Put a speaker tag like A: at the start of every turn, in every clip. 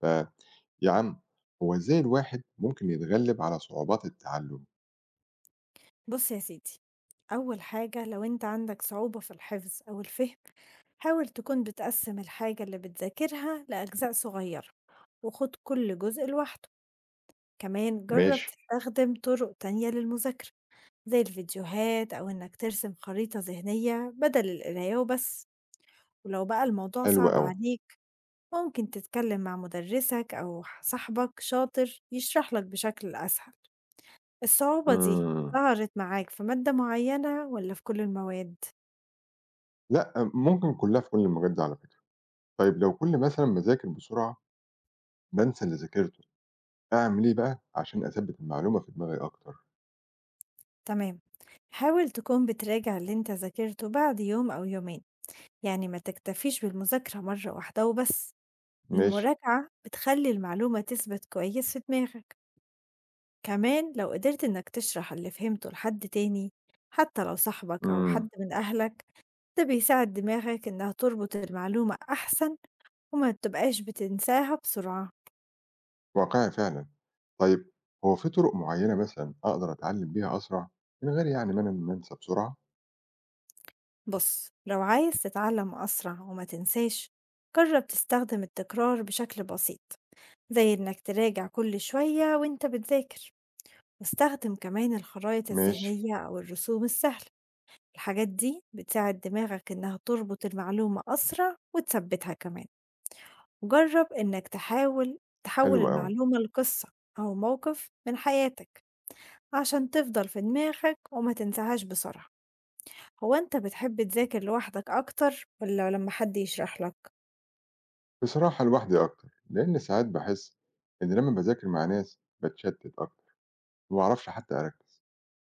A: فيا عم هو إزاي الواحد ممكن يتغلب على صعوبات التعلم؟
B: بُص يا سيدي، أول حاجة لو أنت عندك صعوبة في الحفظ أو الفهم، حاول تكون بتقسّم الحاجة اللي بتذاكرها لأجزاء صغيرة، وخُد كل جزء لوحده. كمان جرّب
A: ماشي.
B: تستخدم طُرق تانية للمذاكرة، زي الفيديوهات أو إنك ترسم خريطة ذهنية بدل القراية وبس. ولو بقى الموضوع
A: حلو
B: صعب
A: أوي.
B: عليك ممكن تتكلم مع مُدرّسك أو صاحبك شاطر يشرح لك بشكل أسهل. الصعوبة دي
A: إمم،
B: ظهرت معاك في مادة معينة والّا في كل المواد؟
A: لأ، ممكن كلّها في كل المجالات دي على فكرة. طيب، لو كل مثلًا ما أذاكر بسرعة بانسى اللي ذاكرته، أعمل إيه بقى عشان أثبّت المعلومة في دماغي أكتر؟
B: تمام، حاول تكون بتراجع اللي أنت ذاكرته بعد يوم أو يومين، يعني ما تكتفيش بالمذاكرة مرة واحدة وبس.
A: ماشي،
B: المراجعة بتخلي المعلومة تثبت كويس في دماغك. كمان لو قدرت إنك تشرح اللي فهمته لحد تاني، حتى لو صاحبك أو
A: إمم،
B: حد من أهلك، ده بيساعد دماغك إنها تربط المعلومة أحسن وما تبقاش بتنساها بسرعة.
A: واقعي فعلًا. طيب، هو في طرق معيّنة مثلًا أقدر أتعلم بيها أسرع من غير يعني ما أنسى بسرعة؟
B: بص، لو عايز تتعلم أسرع وما تنساش جرب تستخدم التكرار بشكل بسيط، زي إنك تراجع كل شوية وإنت بتذاكر، واستخدم كمان الخرائط
A: ماشي،
B: الذهنية أو الرسوم السهلة. الحاجات دي بتساعد دماغك إنها تربط المعلومة أسرع وتثبتها كمان. وجرب إنك تحاول
A: حلو
B: تحول
A: أوي.
B: المعلومة لقصة أو موقف من حياتك عشان تفضل في دماغك وما تنساهاش بسرعة. هو أنت بتحب تذاكر لوحدك أكتر والّا لمّا حد يشرح لك؟
A: بصراحة لوحدي أكتر، لإن ساعات باحس إن لمّا باذاكر مع ناس باتشتت أكتر، ما باعرفش حتى أركّز،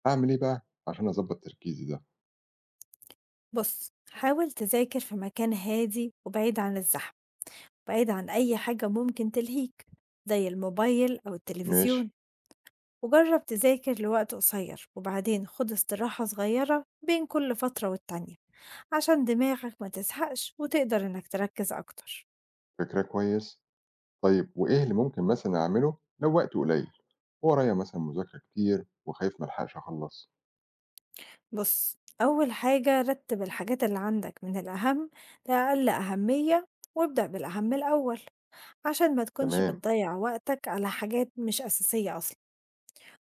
A: أعمل إيه بقى عشان أضبّط تركيزي ده؟
B: بُص، حاول تذاكر في مكان هادي وبعيد عن الزحمة، بعيد عن أي حاجة ممكن تلهيك زي الموبايل أو
A: ماشي،
B: التلفزيون. وجرّب تذاكر لوقت قصير وبعدين خُد استراحة صغيرة بين كل فترة والتانية عشان دماغك ما تزهقش وتقدر إنك تركّز أكتر.
A: فكرة كويس. طيب، وإيه اللي ممكن مثلًا أعمله لو وقتي قليل وورايا مثلًا مذاكرة كتير وخايف ما ألحقش أخلّص؟
B: بُص، أول حاجة رتّب الحاجات اللي عندك من الأهم لأقل أهمية وابدأ بالأهم الأول، عشان ما تكونش
A: تمام،
B: بتضيّع وقتك على حاجات مش أساسية أصلًا.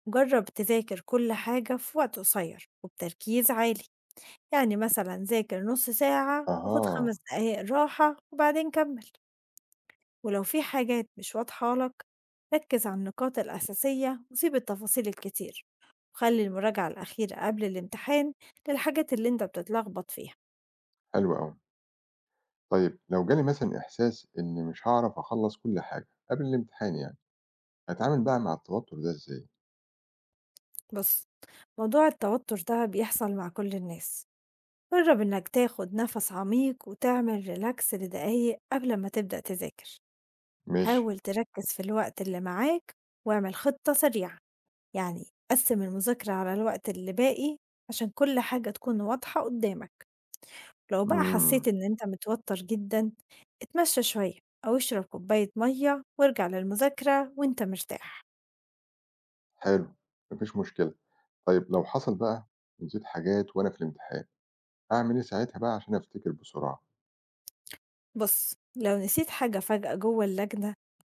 B: جرّب تذاكر كل حاجة في وقت قصير وبتركيز عالي، يعني مثلًا ذاكر نُص ساعة وخُد
A: أها،
B: 5 دقايق راحة وبعدين كمّل. ولو في حاجات مش واضحة لك ركّز على النقاط الأساسية وسيب التفاصيل الكتير، وخلّي المراجعة الأخيرة قبل الامتحان للحاجات اللي أنت بتتلخبط فيها.
A: حلو أوي. طيب لو جالي مثلًا إحساس إني مش هاعرف أخلّص كل حاجة قبل الامتحان يعني، أتعامل بقى مع التوتر ده إزاي؟
B: بُص، موضوع التوتر ده بيحصل مع كل الناس. جرب إنك تاخد نفس عميق وتعمل ريلاكس لدقايق قبل ما تبدأ تذاكر.
A: ماشي،
B: حاول تركز في الوقت اللي معاك واعمل خطة سريعة، يعني قسم المذاكرة على الوقت اللي باقي عشان كل حاجة تكون واضحة قدامك. لو بقى
A: إمم.
B: حسيت إن أنت متوتر جدا اتمشى شوية أو اشرب كوباية مية وارجع للمذاكرة وانت مرتاح.
A: حلو، ما فيش مشكلة. طيب لو حصل بقى ونسيت حاجات وأنا في الامتحان، أعمل إيه ساعتها بقى عشان أفتكر بسرعة؟
B: بص، لو نسيت حاجة فجأة جوه اللجنة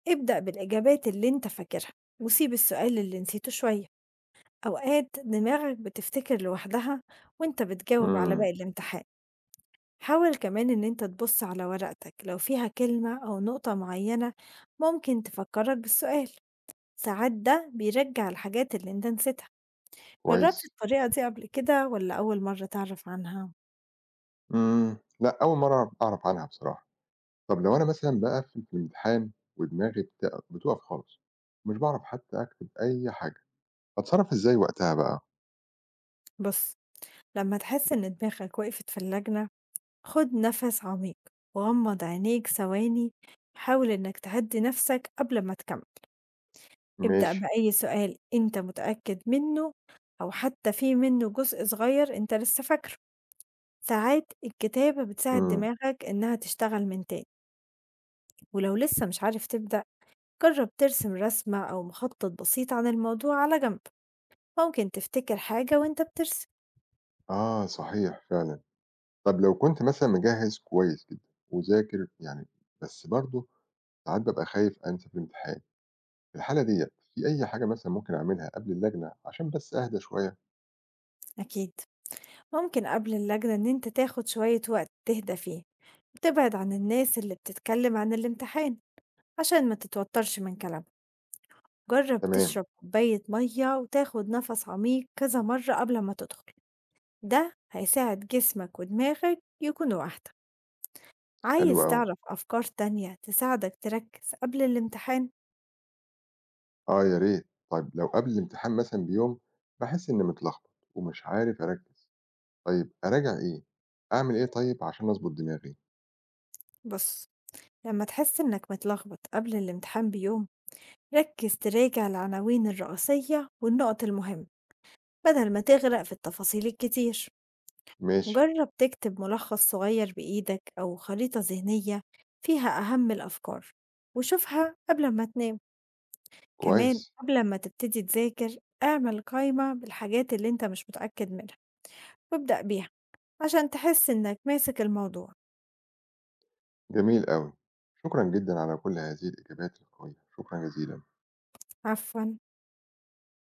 B: ابدأ بالإجابات اللي انت فاكرها وسيب السؤال اللي نسيته شوية. أوقات دماغك بتفتكر لوحدها وأنت بتجاوب على
A: إمم،
B: باقي الامتحان. حاول كمان إن أنت تبص على ورقتك لو فيها كلمة أو نقطة معينة ممكن تفكرك بالسؤال، ساعات ده بيرجع الحاجات اللي أنت نسيتها. جربت
A: كويس.
B: الطريقة دي قبل كده ولا أول مرة تعرف عنها؟
A: لأ، أول مرّة أعرف عنها بصراحة. طب لو أنا مثلًا باقفّل في الامتحان ودماغي بتُقف خالص، ومش باعرف حتى أكتب أي حاجة، أتصرّف إزاي وقتها بقى؟
B: بص، لما تحس إن دماغك وقفت في اللجنة خد نفس عميق وغمض عينيك ثواني، حاول إنك تهدي نفسك قبل ما تكمل. ابدأ
A: ماشي،
B: بأي سؤال أنت متأكد منه أو حتى في منه جزء صغير أنت لسه فاكره، ساعات الكتابة بتساعد
A: إمم،
B: دماغك إنها تشتغل من تاني. ولو لسه مش عارف تبدأ جرب ترسم رسمة أو مخطط بسيط عن الموضوع على جنب، ممكن تفتكر حاجة وأنت بترسم.
A: آه صحيح فعلًا. طب لو كنت مثلًا مجهّز كويس جدًا وذاكر يعني، بس برضه ساعات بابقى خايف أنسى في الامتحان. في الحالة ديّة في أي حاجة مثلًا ممكن أعملها قبل اللجنة عشان بس أهدى شوية؟
B: أكيد، ممكن قبل اللجنة إن أنت تاخد شوية وقت تهدى فيه وتبعد عن الناس اللي بتتكلم عن الامتحان عشان ما تتوترش من كلامهم. جرب
A: تمام،
B: تشرب كوباية مية وتاخد نفس عميق كذا مرة قبل ما تدخل، ده هيساعد جسمك ودماغك يكونوا واحدة.
A: حلو
B: عايز
A: أوي،
B: تعرف أفكار تانية تساعدك تركز قبل الامتحان؟
A: آه يا ريت. طيب لو قبل الامتحان مثلًا بيوم باحس إنّي متلخبط ومش عارف أركّز، طيب أراجع إيه؟ أعمل إيه طيب عشان أضبط دماغي؟
B: بص، لما تحس إنك متلخبط قبل الامتحان بيوم ركز تراجع العناوين الرئيسية والنقط المهمة بدل ما تغرق في التفاصيل الكتير.
A: ماشي،
B: جرب تكتب ملخص صغير بإيدك أو خريطة ذهنية فيها أهم الأفكار وشوفها قبل ما تنام. كمان
A: كويس،
B: قبل ما تبتدي تذاكر اعمل قايمة بالحاجات اللي انت مش متأكد منها وابدأ بيها عشان تحس انك ماسك الموضوع.
A: جميل أوي. شكرًا جدًا على كل هذه الإجابات القوية، شكرًا جزيلًا.
B: عفوا.